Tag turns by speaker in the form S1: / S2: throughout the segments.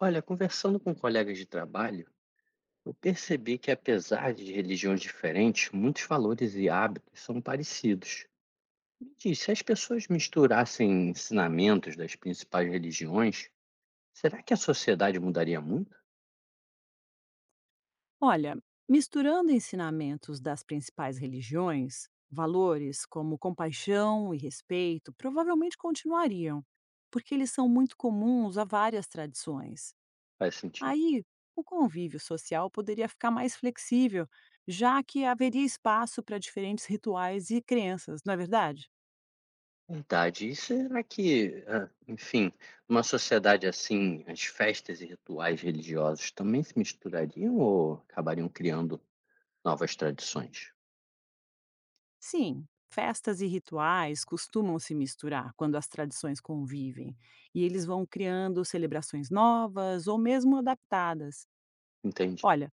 S1: Olha, conversando com colegas de trabalho, eu percebi que, apesar de religiões diferentes, muitos valores e hábitos são parecidos. Me diz, se as pessoas misturassem ensinamentos das principais religiões, será que a sociedade mudaria muito?
S2: Olha, misturando ensinamentos das principais religiões, valores como compaixão e respeito provavelmente continuariam, porque eles são muito comuns a várias tradições.
S1: Faz sentido.
S2: Aí, o convívio social poderia ficar mais flexível, já que haveria espaço para diferentes rituais e crenças, não é verdade?
S1: Verdade. E será que, numa sociedade assim, as festas e rituais religiosos também se misturariam ou acabariam criando novas tradições?
S2: Sim, festas e rituais costumam se misturar quando as tradições convivem, e eles vão criando celebrações novas ou mesmo adaptadas.
S1: Entendi.
S2: Olha,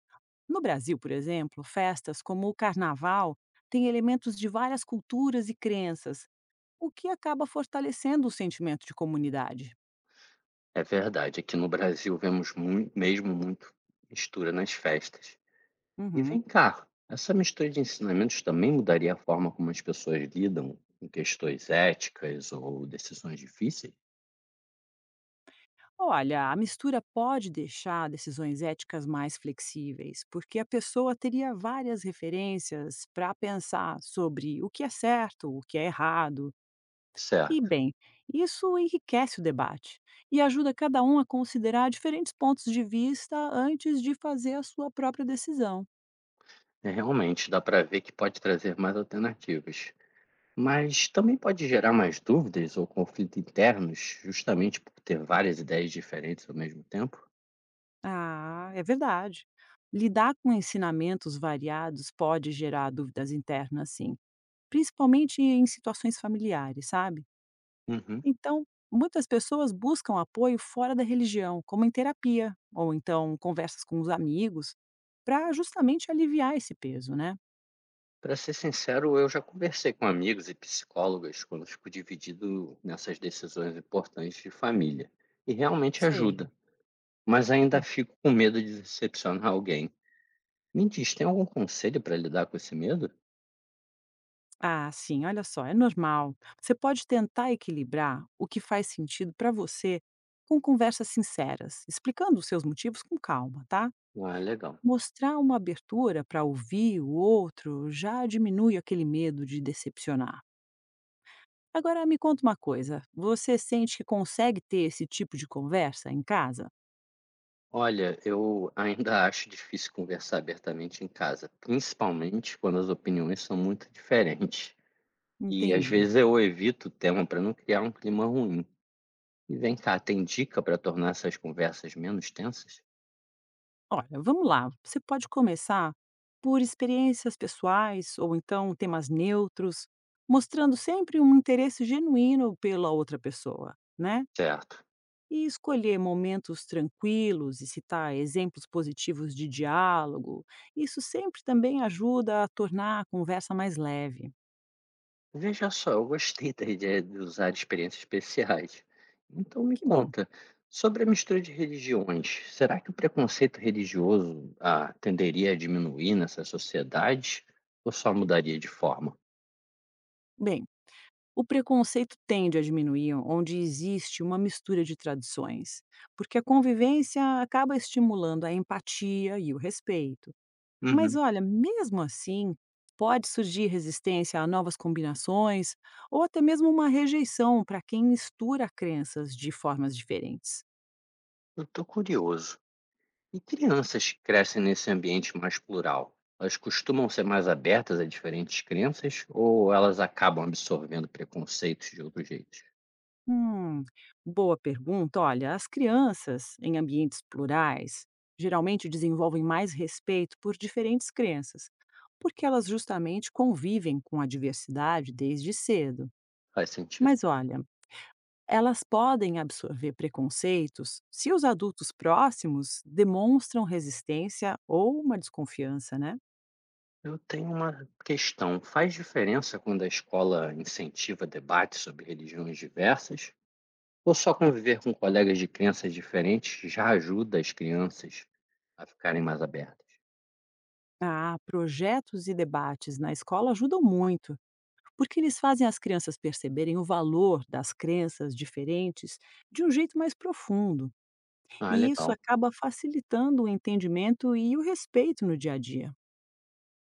S2: no Brasil, por exemplo, festas como o carnaval têm elementos de várias culturas e crenças, o que acaba fortalecendo o sentimento de comunidade.
S1: É verdade, aqui no Brasil vemos muito mistura nas festas. E vem
S2: Uhum.
S1: cá, essa mistura de ensinamentos também mudaria a forma como as pessoas lidam com questões éticas ou decisões difíceis?
S2: Olha, a mistura pode deixar decisões éticas mais flexíveis, porque a pessoa teria várias referências para pensar sobre o que é certo, o que é errado. E,
S1: Certo,
S2: bem, isso enriquece o debate e ajuda cada um a considerar diferentes pontos de vista antes de fazer a sua própria decisão.
S1: é, realmente dá para ver que pode trazer mais alternativas, mas também pode gerar mais dúvidas ou conflitos internos, justamente por ter várias ideias diferentes ao mesmo tempo?
S2: Ah, é verdade. Lidar com ensinamentos variados pode gerar dúvidas internas, sim, principalmente em situações familiares, sabe?
S1: Uhum.
S2: Então, muitas pessoas buscam apoio fora da religião, como em terapia, ou então conversas com os amigos, para justamente aliviar esse peso, né?
S1: Para ser sincero, eu já conversei com amigos e psicólogas quando fico dividido nessas decisões importantes de família. E realmente ajuda,
S2: Sei.
S1: mas ainda
S2: Hum.
S1: fico com medo de decepcionar alguém. Me diz, tem algum conselho para lidar com esse medo?
S2: Ah, sim, olha só, é normal. Você pode tentar equilibrar o que faz sentido para você com conversas sinceras, explicando os seus motivos com calma, tá?
S1: Ah, legal.
S2: Mostrar uma abertura para ouvir o outro já diminui aquele medo de decepcionar. Agora me conta uma coisa, você sente que consegue ter esse tipo de conversa em casa?
S1: Olha, eu ainda acho difícil conversar abertamente em casa, principalmente quando as opiniões são muito diferentes. E às
S2: Entendi.
S1: vezes eu evito o tema para não criar um clima ruim. E vem cá, tem dica para tornar essas conversas menos tensas?
S2: Olha, vamos lá, você pode começar por experiências pessoais ou então temas neutros, mostrando sempre um interesse genuíno pela outra pessoa, né?
S1: Certo.
S2: E escolher momentos tranquilos e citar exemplos positivos de diálogo, isso sempre também ajuda a tornar a conversa mais leve.
S1: Veja só, eu gostei da ideia de usar experiências especiais. Então me
S2: Que bom.
S1: conta, sobre a mistura de religiões, será que o preconceito religioso tenderia a diminuir nessa sociedade ou só mudaria de forma?
S2: Bem, o preconceito tende a diminuir onde existe uma mistura de tradições, porque a convivência acaba estimulando a empatia e o respeito. Mas
S1: Uhum.
S2: olha, mesmo assim, pode surgir resistência a novas combinações ou até mesmo uma rejeição para quem mistura crenças de formas diferentes.
S1: Eu estou curioso. E crianças que crescem nesse ambiente mais plural? Elas costumam ser mais abertas a diferentes crenças ou elas acabam absorvendo preconceitos de outros jeitos?
S2: Hum, boa pergunta. Olha, as crianças em ambientes plurais geralmente desenvolvem mais respeito por diferentes crenças, porque elas justamente convivem com a diversidade desde cedo.
S1: Faz sentido.
S2: Mas olha, elas podem absorver preconceitos se os adultos próximos demonstram resistência ou uma desconfiança, né?
S1: Eu tenho uma questão. Faz diferença quando a escola incentiva debates sobre religiões diversas? Ou só conviver com colegas de crenças diferentes já ajuda as crianças a ficarem mais abertas?
S2: Ah, projetos e debates na escola ajudam muito porque eles fazem as crianças perceberem o valor das crenças diferentes de um jeito mais profundo,
S1: Ah,
S2: e isso
S1: legal.
S2: acaba facilitando o entendimento e o respeito no dia a dia.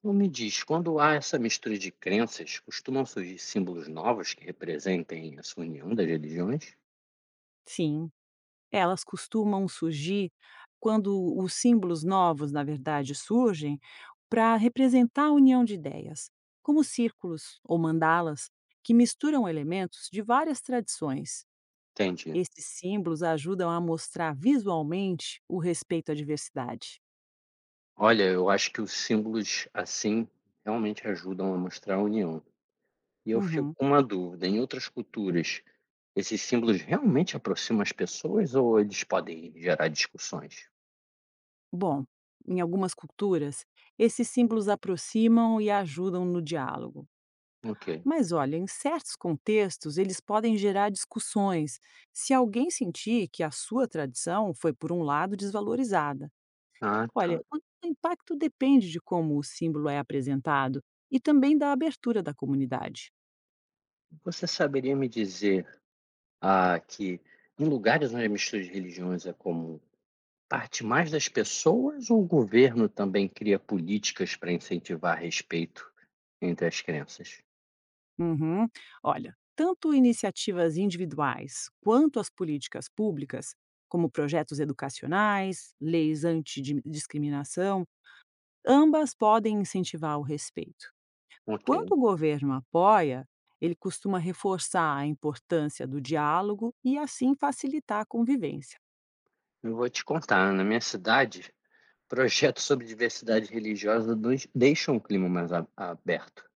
S1: Então me diz, quando há essa mistura de crenças, costumam surgir símbolos novos que representem essa união das religiões?
S2: Sim, elas costumam surgir quando os símbolos novos, na verdade, surgem para representar a união de ideias, como círculos ou mandalas, que misturam elementos de várias tradições.
S1: Entendi.
S2: Esses símbolos ajudam a mostrar visualmente o respeito à diversidade.
S1: Olha, eu acho que os símbolos assim realmente ajudam a mostrar a união. E eu fico
S2: Uhum.
S1: com uma dúvida, em outras culturas, esses símbolos realmente aproximam as pessoas ou eles podem gerar discussões?
S2: Bom, em algumas culturas, esses símbolos aproximam e ajudam no diálogo.
S1: Ok.
S2: Mas olha, em certos contextos, eles podem gerar discussões se alguém sentir que a sua tradição foi, por um lado, desvalorizada.
S1: Ah,
S2: Olha,
S1: tá.
S2: o impacto depende de como o símbolo é apresentado e também da abertura da comunidade.
S1: Você saberia me dizer, que em lugares onde a mistura de religiões é comum, parte mais das pessoas ou o governo também cria políticas para incentivar respeito entre as crenças?
S2: Uhum. Olha, tanto iniciativas individuais quanto as políticas públicas, como projetos educacionais, leis antidiscriminação, ambas podem incentivar o respeito.
S1: Ok.
S2: Quando o governo apoia, ele costuma reforçar a importância do diálogo e assim facilitar a convivência.
S1: Eu vou te contar, na minha cidade, projetos sobre diversidade religiosa deixam o clima mais aberto.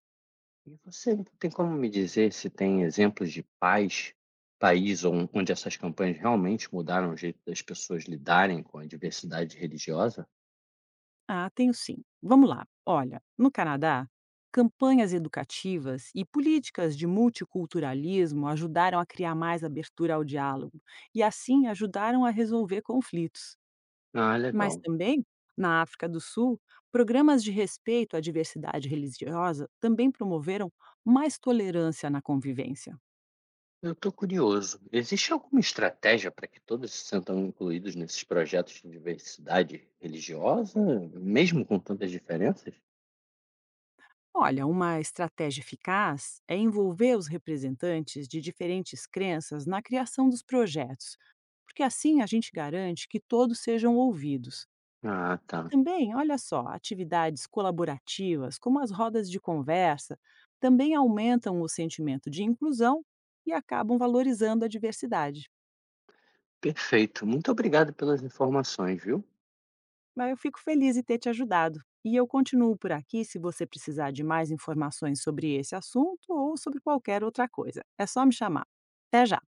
S1: E você tem como me dizer se tem exemplos de pais, país on onde essas campanhas realmente mudaram o jeito das pessoas lidarem com a diversidade religiosa?
S2: Ah, tenho sim. Vamos lá. Olha, no Canadá, campanhas educativas e políticas de multiculturalismo ajudaram a criar mais abertura ao diálogo e, assim, ajudaram a resolver conflitos.
S1: Ah,
S2: Mas
S1: legal.
S2: também, na África do Sul, programas de respeito à diversidade religiosa também promoveram mais tolerância na convivência.
S1: Eu estou curioso. Existe alguma estratégia para que todos se sintam incluídos nesses projetos de diversidade religiosa, mesmo com tantas diferenças?
S2: Olha, uma estratégia eficaz é envolver os representantes de diferentes crenças na criação dos projetos, porque assim a gente garante que todos sejam ouvidos.
S1: Ah, tá.
S2: Também, olha só, atividades colaborativas, como as rodas de conversa, também aumentam o sentimento de inclusão e acabam valorizando a diversidade.
S1: Perfeito. Muito obrigado pelas informações, viu?
S2: Mas eu fico feliz em ter te ajudado. E eu continuo por aqui se você precisar de mais informações sobre esse assunto ou sobre qualquer outra coisa. É só me chamar. Até já!